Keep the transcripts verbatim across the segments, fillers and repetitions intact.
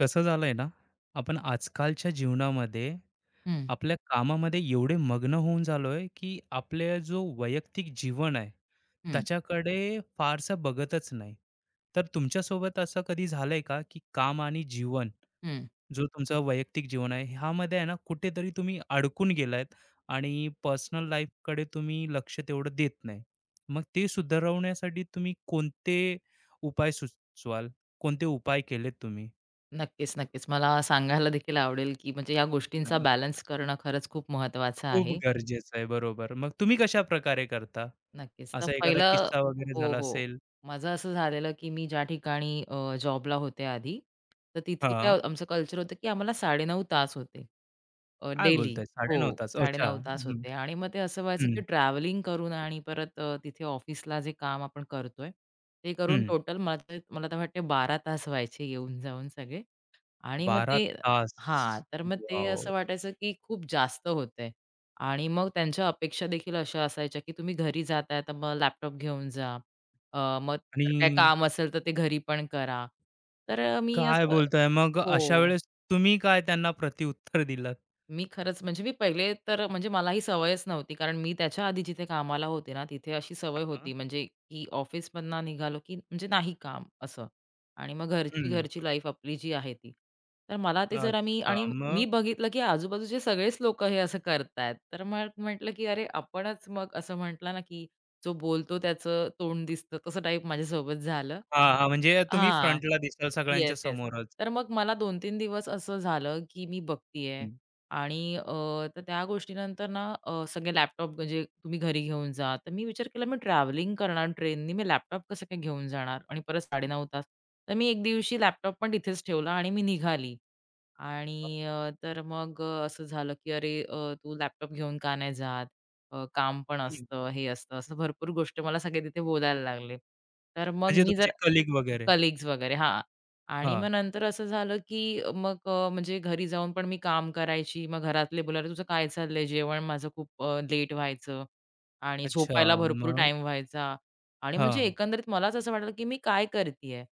कसं झालंय ना, आपण आजकालच्या जीवनामध्ये हं, आपल्या कामामध्ये एवढे मग्न होऊन झालोय, की आपला जो वैयक्तिक जीवन आहे, हं, त्याच्याकडे फारसं बघतच नाही. तर तुमच्यासोबत असं कधी झालंय का, की काम आणि जीवन, हं. जो तुमचं वैयक्तिक जीवन आहे, ह्यामध्ये आहे ना कुठेतरी तुम्ही अडकून गेलात आणि पर्सनल लाईफकडे तुम्ही लक्ष तेवढं देत नाही. मग ते सुधारवण्यासाठी तुम्ही कोणते उपाय सुचवाल? कोणते उपाय केलेत तुम्ही? नक्कीच, नक्कीच. मला सांगायला देखील आवडेल, की म्हणजे या गोष्टींचा बॅलन्स करणं खरंच खूप महत्त्वाचं खूप आहे. गरजेचं आहे. बरोबर. मग तुम्ही कशा प्रकारे करता? नक्कीच. तर असा एखादा पहिलं. किस्सा वगैरे हो, झाला हो. असेल? माझं असं झालेलं, की मी ज्या ठिकाणी अ, जॉबला होते आधी, तर तिथे काय हां, हो- आमचं कल्चर होतं, की आम्हाला साडे नऊ तास होते, अ, काय डेली. बोलताय? हो, साडे नऊ तास. अच्छा. साडे नऊ तास हं, होते आणि मग ते असं व्हायचं, की हं, ट्रॅव्हलिंग करून आणि परत अ, तिथे ऑफिसला जे काम आपण करतोय, ते करून हं. टोटल मला मला तर वाटते बारा तास व्हायचे येऊन-जाऊन सगळे. आणि मग ते. बारा हां, तास. तर मग ते वाव असं वाटायचं, की खूप जास्त होतंय. आणि मग त्यांच्या अपेक्षा देखील अशा असायच्या, की तुम्ही घरी जाताय तर मग लॅपटॉप घेऊन जा. अ, मग जर आणि काही काम असेल तर ते घरी पण करा. तर मी काय असं. बोलताय? मग अशा हो. वेळेस तुम्ही काय त्यांना प्रत्युत्तर दिलात? मी खरंच म्हणजे मी पहिले तर म्हणजे मला ही सवयच नव्हती. कारण मी त्याच्या आधी जिथे कामाला होते ना, तिथे अशी सवय होती हां. म्हणजे की ऑफिसमधनं निघालो की म्हणजे नाही काम असं आणि मग घरची, हं. घरची लाईफ आपली जी आहे ती. तर मला ते जरा मी अच्छा. आणि मी मग बघितलं की आजूबाजूचे सगळेच लोकं हे असं करतायत. तर मग म्हटलं की "अरे आपणच" मग असं म्हटलं ना, की "जो बोलतो त्याचं तोंड दिसतं" तसं टाईप माझ्यासोबत झालं. हां, हां. म्हणजे तुम्ही हां. फ्रंटला दिसाल सगळ्यांच्या येस, येस. समोरच. तर मग मला दोन तीन दिवस असं झालं, की मी बघतीये हं. आणि अ, तर त्या गोष्टीनंतर ना अ, सगळे लॅपटॉप म्हणजे तुम्ही घरी घेऊन जा. तर मी विचार केला, मी ट्रॅव्हलिंग करणार ट्रेननी, मी लॅपटॉप कसं काय घेऊन जाणार आणि परत साडे नऊ तास. तर मी एक दिवशी लॅपटॉप पण तिथेच ठेवला आणि मी निघाली आणि अ, तर मग अ, असं झालं, की "अरे अ, तू लॅपटॉप घेऊन का नाही जात? अ, काम पण हं. असतं, हे असतं." असं भरपूर गोष्टी मला सगळे तिथे बोलायला लागले. तर मग म्हणजे मी तुमचे जर. कलीग वगैरे. कलिग्स वगैरे, हां. आणि मग हां. नंतर असं झालं, की मग अ, म्हणजे घरी जाऊन पण मी काम करायची. मग घरातले बोलायला, "तुझं काय चाललंय?" जेवण माझं खूप अ, लेट व्हायचं आणि अच्छा. झोपायला भरपूर मग? टाईम व्हायचा आणि म्हणजे हां. एकंदरीत मलाच असं वाटलं, की मी काय करतीये?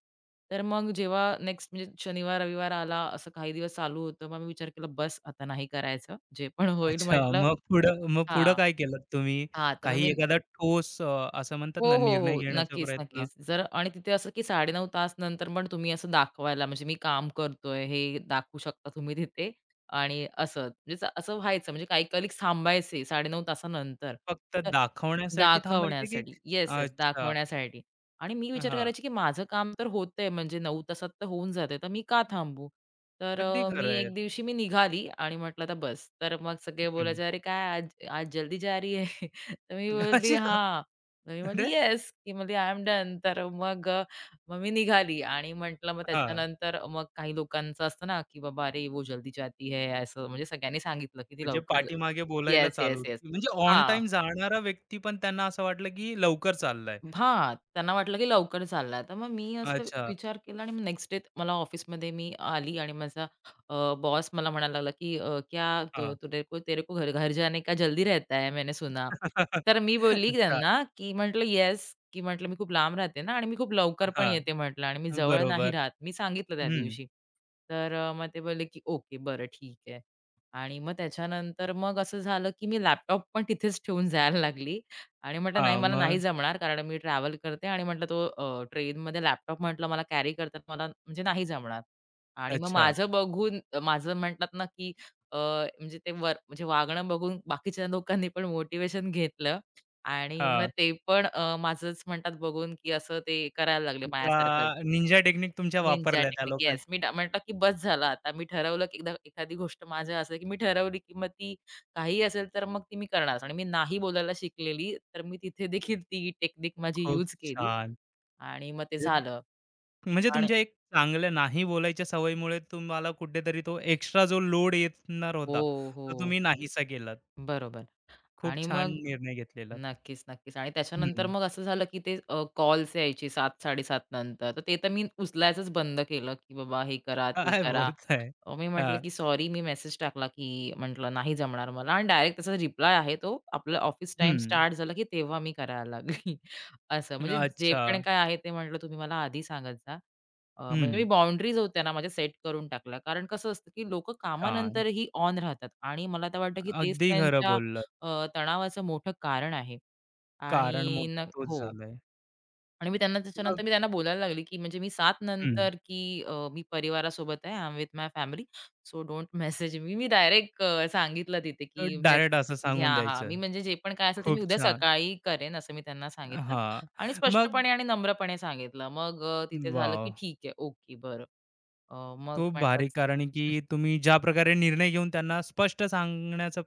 तर मग जेव्हा नेक्स्ट म्हणजे शनिवार, रविवार आला, असं काही दिवस चालू होतं. मग मी विचार केला, "बस आता नाही करायचं. जे पण होईल" अच्छा. म्हटलं. मग पुढं मग पुढं हां, काय केलत तुम्ही? हां. तर मग काही मी. एखादा ठोस अ, असं म्हणतात हो, ना, हो, निर्णय हो. घेण्याचा नक्कीच, प्रयत्न नक्कीच. जर आणि तिथे असं की साडे नऊ तास नंतर पण तुम्ही असं दाखवायला म्हणजे मी काम करतोय हे दाखवू शकता तुम्ही तिथे आणि असं. म्हणजे च असं व्हायचं म्हणजे काही कलीग्स थांबायचे साडे नऊ तासानंतर. फक्त तर दाखवण्यासाठी थांबायचे की दाखवण्यासाठी. Yes, yes. अच्छा. दाखवण्यासाठी. आणि मी विचार हां. करायची की माझं काम तर होतंय म्हणजे नऊ तासात तर होऊन जातंय, तर मी का थांबू? तर अगदी अ, मी खरं आहे. एक दिवशी मी निघाली आणि म्हटलं आता बस. तर मग सगळे हं. बोलायचे, "अरे काय आज आज जल्दी जा रही है?" तर मी बोलली, अच्छा. "हां." मग मी म्हटली, अरे! "येस," की म्हटली, "आय एम डन." तर मग अ, मग मी निघाली आणि म्हटलं मग हां. त्याच्यानंतर मग काही लोकांचं असतं ना, की "बाबा, अरे वो जल्दी जाती है." असं म्हणजे सगळ्यांनी सांगितलं, की ती म्हणजे लवकर. पाठीमागे बोलायला येस, येस, चालू. येस. म्हणजे ऑन हां. टाईम जाणारा व्यक्ती पण त्यांना असं वाटलं की लवकर चाललाय. हां, त्यांना वाटलं की लवकर चालला. तर मग मी असं अच्छा. विचार केला आणि मग नेक्स्ट डे मला ऑफिसमध्ये मी आली आणि माझा बॉस मला म्हणायला लागला की अ, "क्या तु हां. तुरे को तेरे को घर घर जाने का जल्दी रहता है, मैंने सुना." तर मी बोलली की अच्छा. त्यांना की म्हटलं, "येस." की म्हटलं, "मी खूप लांब राहते ना आणि मी खूप लवकर पण हां. येते," म्हटलं, "आणि मी जवळ नाही बरोबर. राहत." मी सांगितलं त्या हं. दिवशी. तर अ, मग ते बोलले की "ओके, बरं, ठीक आहे." आणि मग त्याच्यानंतर मग असं झालं की मी लॅपटॉप पण तिथेच ठेवून जायला लागली आणि म्हटलं, "नाही, हां. मला नाही मग? जमणार कारण मी ट्रॅव्हल करते" आणि म्हटलं तो अ, ट्रेनमध्ये लॅपटॉप म्हटलं मला कॅरी करतात मला म्हणजे नाही जमणार. आणि मग अच्छा. माझं बघून अ, माझं म्हणतात ना, की अ, म्हणजे ते वर म्हणजे वागणं बघून बाकीच्या लोकांनी पण मोटिव्हेशन घेतलं आणि मग हां. ते पण अ, माझंच म्हणतात बघून, की असं ते करायला लागले माझ्यासारखंच. तुमच्या निंजा टेक्निक तुमच्या निंजा वापरल्या त्या टेक्निक. लोकांनी. येस. मी ड म्हणतो की बस झालं आता. मी ठरवलं की एकदा एखादी गोष्ट माझं असं की मी ठरवली की मग ती काहीही असेल तर मग ती मी करणारच आणि मी नाही बोलायला शिकलेली, तर मी तिथे देखील ती टेक्निक माझी खूप यूज केली छान. आणि मग ते म्हणजे झालं. म्हणजे आणि तुमच्या एक चांगल्या नाही बोलायच्या सवयीमुळे तुम्हाला कुठेतरी तो एक्स्ट्रा जो लोड येणार होता, हो, तो हो. तुम्ही नाहीसा केलात. बरोबर. खूप आणि छान मग निर्णय घेतलेला. नक्कीच, नक्कीच. आणि त्याच्यानंतर हं. मग असं झालं की ते कॉल्स यायचे सात-साडे सात नंतर. तर ते तर मी उचलायचंच बंद केलं की बाबा हे करा, ते काय करा. बोलताय? अ, मी म्हटलं हां. की सॉरी मी मेसेज टाकला की म्हटलं नाही जमणार मला आणि डायरेक्ट त्याचा रिप्लाय आहे तो आपलं ऑफिस टाईम हं. स्टार्ट झाला की तेव्हा मी करायला लागली. असं म्हणजे जे अच्छा. पण काय आहे ते म्हटलं तुम्ही मला आधी सांगत जा. अ, म्हणजे मी हं. बाउंडरीज होत्या ना माझ्या सेट करून टाकल्या. कारण कसं असतं की लोकं छान. कामानंतरही ऑन राहतात आणि मला तर वाटतं की तेच अगदी खरं त्यांच्या बोललात. अ, तणावाचं मोठं कारण आहे कारण आणि मोठा न तोच हो. झालाय. आणि मी त्यांना मग त्याच्यानंतर मी त्यांना बोलायला लागले, की म्हणजे मी सात हं. नंतर, की अ, मी परिवारासोबत आहे. I am with my family. So don't message me. मी डायरेक्ट अ, सांगितलं तिथे, की मेस. डायरेक्ट असं सांगून हां, हां. द्यायचं. मी म्हणजे जे पण काय असेल ते मी खूप उद्या छान. सकाळी करेन असं मी त्यांना सांगितलं हां. आणि मग स्पष्टपणे आणि नम्रपणे सांगितलं. मग अ, तिथे झालं, वॉव! की "ठीक आहे. ओके. बरं." अ, मग खूप भारी. म्हटलंच. कारण आहे की तुम्ही ज्या प्रकारे निर्णय घेऊन त्यांना स्पष्ट सांगण्याचं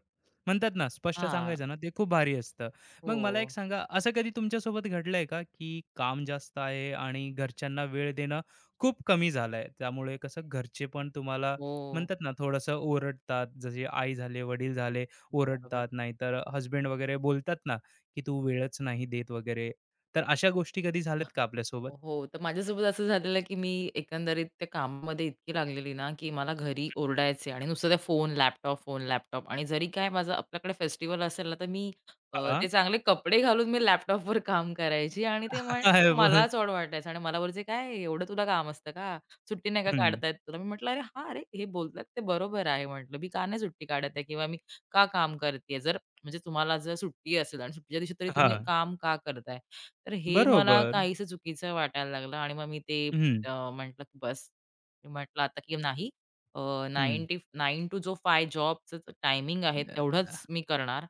म्हणतात ना, स्पष्ट हां. सांगायचं ना, ते खूप भारी असतं. मग मला एक हो. सांगा, असं कधी तुमच्यासोबत घडलंय का, की काम जास्त आहे आणि घरच्यांना वेळ देणं खूप कमी झालंय? त्यामुळे कसं घरचे पण तुम्हाला हो. म्हणतात ना, थोडंसं ओरडतात, जसे आई झाले, वडील झाले बरोबर. ओरडतात, नाहीतर हसबंड वगैरे बोलतात ना, की "तू वेळच नाही देत" वगैरे. तर अशा गोष्टी कधी झाल्यात का आपल्यासोबत? हो, तर माझ्यासोबत असं झालेलं, की मी एकंदरीत त्या कामामध्ये इतकी लागलेली ना, की मला घरी ओरडायचे आणि नुसतं त्या फोन, लॅपटॉप, फोन, लॅपटॉप आणि जरी काय माझं आपल्याकडे फेस्टिवल असेल ना, तर मी अ, ते हां. चांगले कपडे घालून मी लॅपटॉपवर काम करायची आणि ते मग बोल मलाच ऑड वाटायचं आणि मला बोलायचे, "काय एवढं तुला काम असतं का? सुट्टी नाही का हं. काढता तुला?" मी म्हटलं, "अरे हां, अरे हे बोलतात ते बरोबर आहे," म्हटलं, "मी का नाही सुट्टी काढत आहे किंवा मी का काम करतेय? जर म्हणजे तुम्हाला जर सुट्टी असेल आणि सुट्टीच्या दिवशी तरी तुम्ही हां. काम का करताय?" तर हे मला बरोबर. काहीसं चुकीचं वाटायला लागलं आणि मग मी ते हं, अ, म्हटलं की बस. मी म्हटलं आता की नाही अ, नऊ हं. टी नऊ टू जो पाच जॉबचं टायमिंग आहे अ, तेवढंच मी करणार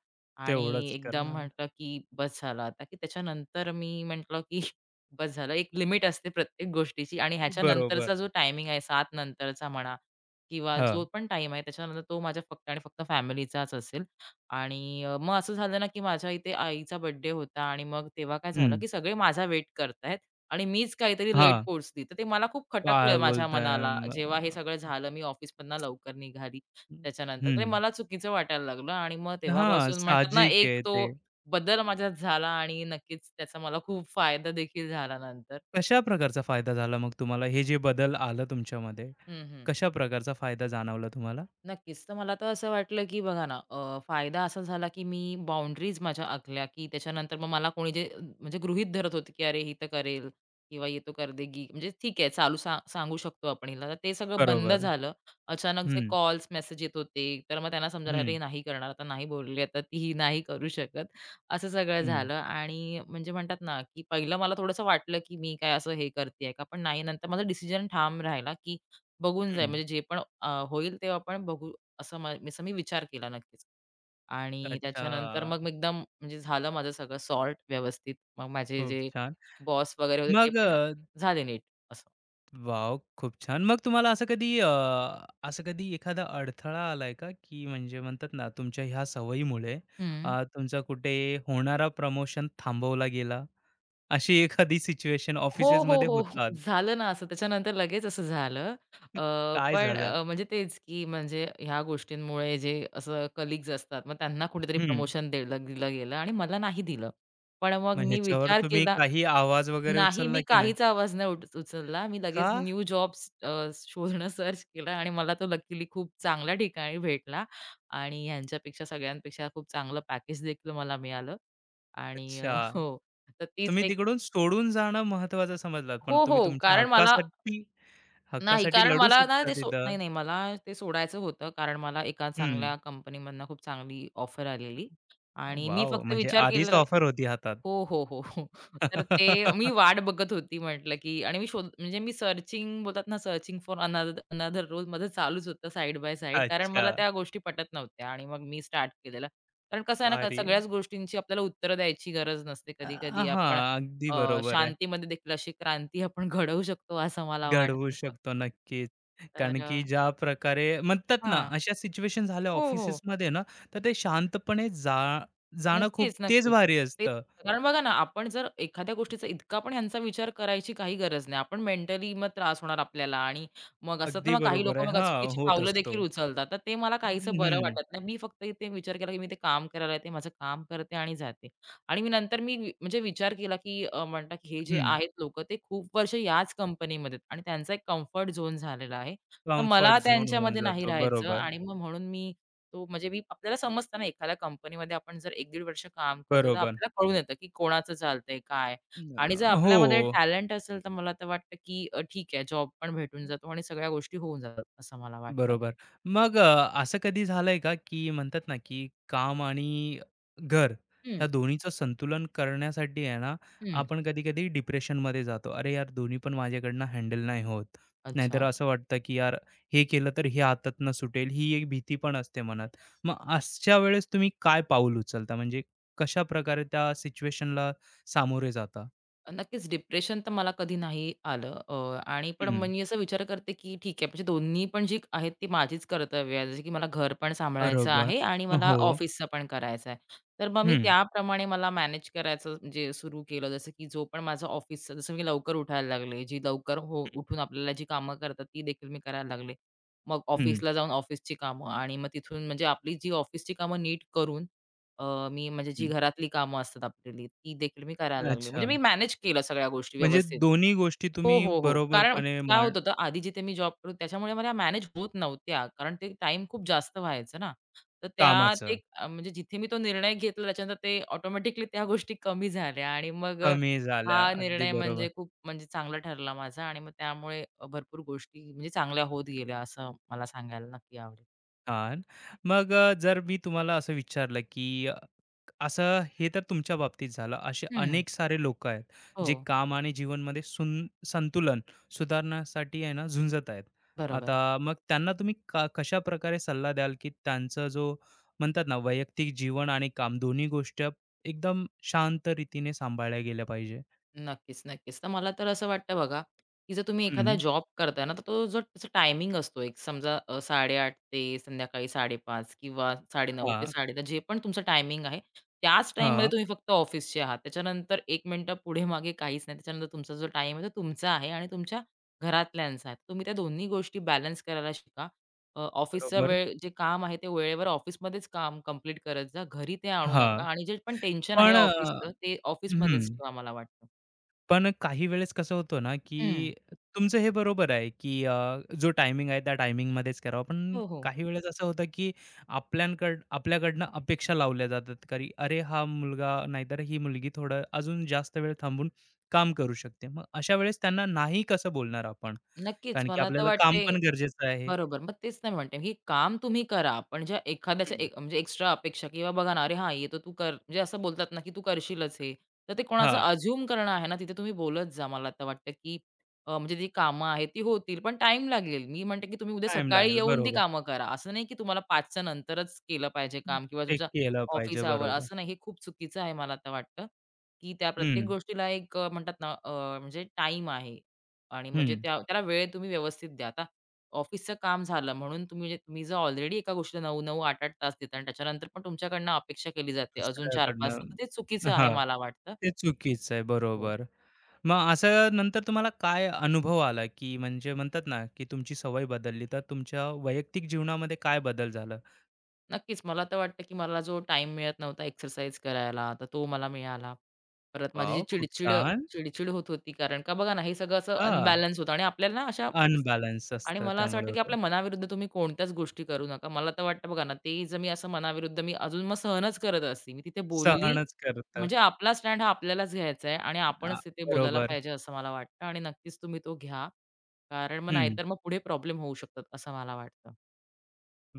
आणि तेवढंच एकदम करणार. म्हटलं की बस झालं आता, की त्याच्यानंतर मी म्हटलं की बस झालं. एक लिमिट असते प्रत्येक गोष्टीची आणि बरोबर. ह्याच्यानंतरचा जो टायमिंग आहे सात नंतरचा म्हणा किंवा जो हां. पण टाईम आहे त्याच्यानंतर तो माझ्या फक्त आणि फक्त फॅमिलीचाच असेल. आणि अ, मग असं झालं ना, की माझ्या इथे आईचा बर्थडे होता आणि मग तेव्हा काय झालं, हं. की सगळे माझा वेट करतायत आणि मीच काहीतरी लेट हां. पोहोचली. तर ते मला खूप खटकलं काय माझ्या बोलताय? मनाला. जेव्हा हे अ, सगळं झालं, मी ऑफिसमधनं लवकर निघाली त्याच्यानंतर. ते हं. मला चुकीचं वाटायला लागलं आणि मग हां, तेव्हापासून म्हणतात ना, साहजिक एक आहे तो ते. बदल माझ्यात झाला आणि नक्कीच त्याचा मला खूप फायदा देखील झाला नंतर. कशा प्रकारचा फायदा झाला मग तुम्हाला? हे जे बदल आलं तुमच्यामध्ये, हं, हं. कशा प्रकारचा फायदा जाणवला तुम्हाला? नक्कीच. तर मला तर असं वाटलं, की बघा ना, अ, फायदा असा झाला, की मी बाउंडरीज माझ्या आखल्या, की त्याच्यानंतर मग मला कोणी जे म्हणजे गृहीत धरत होते, की "अरे, ही तर करेल किंवा ये तो कर देगी." म्हणजे ठीक आहे, चालू सा सांगू शकतो आपण हिला. तर ते सगळं बंद बरोबर. झालं. अचानक जे हं, कॉल्स, मेसेज येत होते, तर मग त्यांना समजायला, हं, "अरे, नाही करणार आता, नाही बोलली आता ती, ही नाही करू शकत." असं सगळं हं, झालं आणि म्हणजे म्हणतात ना, की पहिलं मला थोडंसं वाटलं, की मी काय असं हे करते का? पण नाही, नंतर माझा डिसिजन ठाम राहिला, की बघून जाईल हं. म्हणजे जे पण अ, होईल ते आपण बघू असं म असं मी विचार केला नक्कीच. आणि त्याच्यानंतर अच्छा. मग मी एकदम म्हणजे झालं माझं सगळं सॉर्ट व्यवस्थित. मग माझे खूप जे छान. बॉस वगैरे होते ते मग अ, पण झाले नीट असं. वाव, खूप छान. मग तुम्हाला असं कधी अ, असं कधी एखादा अडथळा आलाय का? की म्हणजे म्हणतात ना, तुमच्या ह्या सवयीमुळे हं. अ, तुमचा कुठे होणारा प्रमोशन थांबवला गेला? अशी एखादी सिच्युएशन हो, हो, ऑफिसेसमध्ये हो, हो. होतात. झालं ना असं त्याच्यानंतर लगेच असं झालं. अ, काय पण झालं? अ, म्हणजे तेच की म्हणजे ह्या गोष्टींमुळे जे असं कलीग्स असतात, मग त्यांना कुठेतरी हं. प्रमोशन दिलं दिलं गेलं आणि मला नाही दिलं. पण मग मग मी ह्याच्यावर विचार तुम्ही केला काही आवाज वगैरे नाही, उचलला मी की नाही? काहीच आवाज नाही उट उचलला. मी लगेच का? न्यू जॉब्स अ, शोधणं सर्च केलं आणि मला तो लकीली खूप चांगल्या ठिकाणी भेटला आणि ह्यांच्यापेक्षा सगळ्यांपेक्षा खूप चांगलं पॅकेज देखील मला मिळालं आणि अ, अच्छा. हो, तर तीच तुम्ही एक. तिकडून सोडून जाणं महत्त्वाचं समजलात, पण हो, तुम्ही हो. तुमच्या कारण मला हक्कासाठी नाही, हक्कासाठी कारण लढू मला ना शकता ते सो तिथं. नाही, नाही. मला ते सोडायचं होतं कारण मला एका हं. चांगल्या कंपनीमधनं खूप चांगली ऑफर आलेली आणि मी वॉव! फक्त म्हणजे विचार आधीच केलेला. ऑफर होती हातात. हो, हो, हो, हो. तर ते मी वाट बघत होती म्हटलं, की आणि मी शोध म्हणजे मी सर्चिंग बोलतात ना, searching for another another role माझं चालूच होतं साइड बाय साइड. कारण अच्छा, मला त्या गोष्टी पटत नव्हत्या आणि मग मी स्टार्ट केलेलं. कारण कसं आहे ना, क- भारी आहे. सगळ्याच गोष्टींची आपल्याला उत्तरं द्यायची गरज नसते. अ, अ, कधी-कधी हां, आपण अगदी अ, बरोबर आहे. शांतीमध्ये देखील अशी क्रांती आपण घडवू शकतो, असं मला घडवू वाटत. शकतो नक्कीच. कारण तर अ, की ज्या प्रकारे म्हणतात ना, हां. अशा सिच्युएशन झाल्या हो, हो. ऑफिसेसमध्ये ना, तर ते शांतपणे जा जाणं खूप नक्कीच, तेच नक्कीच. भारी तेच असतं. कारण बघा ना, आपण जर एखाद्या गोष्टीचा इतका आपण ह्यांचा विचार करायची काही गरज नाही. आपण मेंटली मग त्रास होणार आपल्याला आणि मग असतात ना, अगदी मग काही बरोबर लोकं आहे. बघा हां, चुकीची होत पावलं असतो. देखील उचलतात. तर ते मला काहीसं बरं हं, वाटत नाही. मी फक्त ते विचार केला, की मी ते काम करायला येते, माझं काम करते आणि जाते. आणि मी नंतर मी वि- म्हणजे विचार केला, की अ, म्हणतात, की हे जे हं. आहेत लोकं ते खूप वर्ष याच कंपनीमध्ये आणि त्यांचा एक कम्फर्ट झोन झालेला आहे. तर मला कम्फर्ट झोन होऊन त्यांच्यामध्ये नाही जातो. राहायचं बरोबर, आणि मग म्हणून मी तो म्हणजे मी आपल्याला समजतं ना, एखाद्या कंपनीमध्ये आपण जर एक पंधरा वर्ष काम करतो, तर बरोबर. आपल्याला कळून येतं, की कोणाचं चालतंय, काय? आणि जर अ, हो. आपल्यामध्ये टॅलेंट असेल, तर मला तर वाटतं, की अ, ठीक आहे, जॉब पण भेटून जातो आणि सगळ्या गोष्टी होऊन जातात, असं मला वाटतं. बरोबर. मग अ, असं कधी झालंय का, की म्हणतात ना, की काम आणि घर हं. ह्या दोन्हीचं संतुलन करण्यासाठी आहे ना, हं. आपण कधी-कधी डिप्रेशनमध्ये जातो. अरे यार, दोन्ही पण माझ्याकडनं हँडल नाही होत. नाहीतर अच्छा. असं वाटतं, की यार हे केलं तर हे हातातनं सुटेल, ही एक भीती पण असते मनात. मग अशा वेळेस तुम्ही काय पाऊल उचलता? म्हणजे कशाप्रकारे त्या सिच्युएशनला सामोरे जाता? नक्कीच डिप्रेशन तर मला कधी नाही आलं. अ, आणि पण मग हं, मी असं विचार करते, की ठीक आहे, म्हणजे दोन्ही पण जी आहेत ती माझीच कर्तव्य आहे, जसं की मला घर पण सांभाळायचं बरोबर. आहे आणि मला हो. ऑफिसचं पण करायचं आहे. तर मग हं, मी हं, त्याप्रमाणे मला मॅनेज करायचं म्हणजे सुरू केलं, जसं की जो पण माझं ऑफिसचं, जसं मी लवकर उठायला लागले, जी लवकर हो उठून आपल्याला जी कामं करतात ती देखील मी करायला लागले. मग हं, ऑफिसला जाऊन ऑफिसची कामं आणि मग तिथून म्हणजे आपली जी ऑफिसची कामं नीट करून, अ, मी म्हणजे जी हं. घरातली कामं असतात आपलेली, ती देखील मी करायला लागले. म्हणजे अच्छा. मी मॅनेज केलं सगळ्या गोष्टी म्हणजे व्यवस्थित. दोन्ही गोष्टी हो, तुम्ही हो, हो. कारण बरोबरपणे काय होत मांड होतं, आधी जिथे मी जॉब करत त्याच्यामुळे मला मॅनेज होत नव्हत्या. कारण ते टाईम खूप जास्त व्हायचं ना. तर त्या कामाचं ते अ, म्हणजे जिथे मी तो निर्णय घेतला त्याच्यानंतर ते ऑटोमॅटिकली त्या गोष्टी कमी झाल्या आणि मग अ, कमी झाल्या. हा अगदी निर्णय बरोबर. म्हणजे खूप म्हणजे चांगला ठरला माझा आणि मग त्यामुळे अ, भरपूर गोष्टी म्हणजे चांगल्या होत गेल्या, असं मला सांगायला नक्की आवडेल. छान. मग अ, जर मी तुम्हाला असं विचारलं, की अ, असं हे तर तुमच्या बाबतीत झालं. असे हं. अनेक सारे लोकं आहेत, हो. जे काम आणि जीवनमध्ये सुन संतुलन सुधारण्यासाठी आहे ना, झुंजत आहेत. आता बरोबर. मग त्यांना तुम्ही का कशाप्रकारे सल्ला द्याल, की त्यांचा जो म्हणतात ना, वैयक्तिक जीवन आणि काम दोन्ही गोष्टी एकदम शांत रीतीने सांभाळल्या गेल्या पाहिजे? नक्कीच, नक्कीच. तर मला तर असं वाटतं बघा, की जर तुम्ही एखादा हं. जॉब करताय ना, तर तो जो त्याचा टायमिंग असतो, एक समजा अ, साडे आठ ते संध्याकाळी साडे पाच किंवा साडे नऊ ते हां, साडे दहा, जे पण तुमचं टायमिंग आहे, त्याच टाईममध्ये हां. तुम्ही फक्त ऑफिसचे आहात. त्याच्यानंतर एक मिनिटं पुढे-मागे काहीच नाही. त्याच्यानंतर तुमचा जो टाईम आहे, तो तुमचा आहे आणि तुमच्या घरातल्यांचा आहे. तुम्ही त्या दोन्ही गोष्टी बॅलन्स करायला शिका. ऑफिसचा बरोबर. वेळ जे काम आहे, ते वेळेवर ऑफिसमध्येच काम कंप्लीट करत जा. घरी ते आणू नका हां. आणि जे पण टेन्शन आहे पण अ, ऑफिसचं, ते हं. ऑफिसमध्येच ठेवा, मला वाटतं. पण काही वेळेस कसं होतं ना, हं. की तुमचं हे बरोबर आहे, की अ, जो टायमिंग आहे त्या टायमिंगमध्येच करावं. पण हो, हो. काही वेळेस असं होतं, की आपल्याकडं आपल्याकडनं अपेक्षा लावल्या जातात, की "अरे, हा मुलगा नाहीतर ही मुलगी थोडं अजून जास्त वेळ थांबून काम करू शकते." मग अशा वेळेस त्यांना नाही कसं बोलणार आपण? नक्कीच. कारण की मला तर आपल्याला काम वाटते. पण गरजेचं आहे. बरोबर. मग तेच नाही म्हणते, की काम तुम्ही करा, पण ज्या एखाद्याच्या हं. एक म्हणजे एक्स्ट्रा अपेक्षा किंवा बघा ना, "अरे हां, हे तर तू कर", म्हणजे असं बोलतात ना, की "तू करशीलच हे." तर ते कोणाचं हां. अझ्युम करणं आहे ना, तिथे तुम्ही बोलत जा. मला आता वाटतं, की अ, म्हणजे जी कामं आहेत ती होतील, पण टाईम लागेल. मी म्हणते, की तुम्ही उद्या टाईम सकाळी लागेल. येऊन ती बरोबर. कामं करा. असं नाही, की तुम्हाला 5च्या नंतरच केलं पाहिजे हम्म. काम किंवा ते तुमचा केलं पाहिजे. ऑफिस आवर बरोबर. असं नाही. हे खूप चुकीचं आहे, मला आता वाटतं, की त्या प्रत्येक हं, गोष्टीला एक अ, म्हणतात ना, अ, म्हणजे टाईम आहे आणि म्हणजे हं. त्या त्याला वेळ तुम्ही व्यवस्थित द्या. आता ऑफिसचं काम झालं म्हणून तुम्ही म्हणजे तुम्ही जर ऑलरेडी एका गोष्टीला नऊ नऊ, आठ आठ तास देता आणि त्याच्यानंतर पण तुमच्याकडनं अपेक्षा केली जाते अजून चार पाच तास, दुसऱ्याकडनं तर ते चुकीचं आहे, हां, मला वाटतं. ते चुकीचं आहे. हो. बरोबर. मग असं नंतर तुम्हाला काय अनुभव आला, की म्हणजे म्हणतात ना, की तुमची सवय बदलली, तर तुमच्या वैयक्तिक जीवनामध्ये काय बदल झाला? नक्कीच मला तर वाटतं, की मला जो टाइम मिळत नव्हता एक्सरसाइज करायला, तर तो मला मिळाला. परत माझी जी वॉव! खूप चिडचिड छान. चिडचिड होत होती, कारण का बघा ना, हे सगळं असं हां, अनबॅलन्स होतं आणि आपल्याला ना अशा. अनबॅलन्स आणि असतं मला असं त्यामुळे वाटतं, की होतं. आपल्या मनाविरुद्ध तुम्ही कोणत्याच गोष्टी करू नका. मला तर वाटतं बघा ना, ते जर मी असं मनाविरुद्ध मी अजून मग सहनच करत असती. मी तिथे बोलली, सहनच करतं. म्हणजे आपला स्टँड हा आपल्यालाच घ्यायचा आहे आणि आ, आपणच तिथे बोलायला बरोबर. पाहिजे, असं मला वाटतं, आणि नक्कीच तुम्ही तो घ्या. कारण मग हं. नाहीतर मग पुढे प्रॉब्लेम होऊ शकतात, असं मला वाटतं.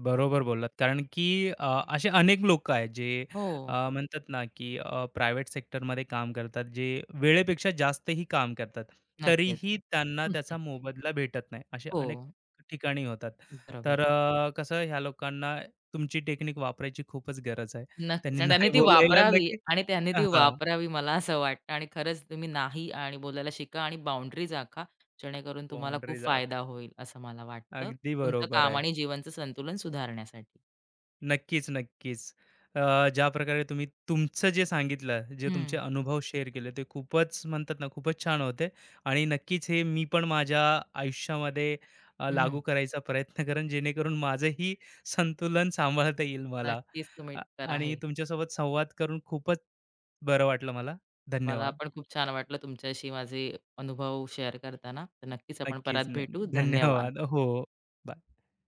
बरोबर बोललात. कारण की अ, असे अनेक लोकं आहेत जे हो, अ, म्हणतात ना, की प्रायव्हेट सेक्टरमध्ये काम करतात, जे वेळेपेक्षा जास्तही काम करतात. नक्कीच. तरीही त्यांना त्याचा मोबदला भेटत नाही. असे हो, अनेक ठिकाणी होतात. बरोबर. तर अ, कसं ह्या लोकांना तुमची टेक्निक वापरायची खूपच गरज आहे. नक्कीच, त्यांनी आणि त्यांनी नाही ती बोलायला वापरावी नक्की आणि त्यांनी ती हां, वापरावी, मला असं वाटतं, आणि खरंच तुम्ही नाही आणि बोलायला शिका आणि बाउंडरीज आखा, जेणेकरून तुम्हाला खूप बाउंडरीज फायदा होईल, असं मला वाटतं. अगदी तुमचं बरोबर काम आहे. आणि जीवनचं संतुलन सुधारण्यासाठी. नक्कीच, नक्कीच. अ, ज्या प्रकारे तुम्ही तुमचं जे सांगितलं, जे तुमचे हं, अनुभव शेअर केले, ते खूपच म्हणतात ना, खूपच छान होते आणि नक्कीच हे मी पण माझ्या आयुष्यामध्ये अ, हं. लागू करायचा प्रयत्न करेन, जेणेकरून माझंही संतुलन सांभाळता येईल मला. नक्कीच तुम्ही अ, करा आणि हे. तुमच्यासोबत संवाद करून खूपच बरं वाटलं मला. मला धन्यवाद. पण खूप छान वाटलं तुमच्याशी माझे अनुभव शेअर करताना. तर नक्कीच आपण नक्कीच. परत न भेटू. धन्यवाद. धन्यवाद. हो.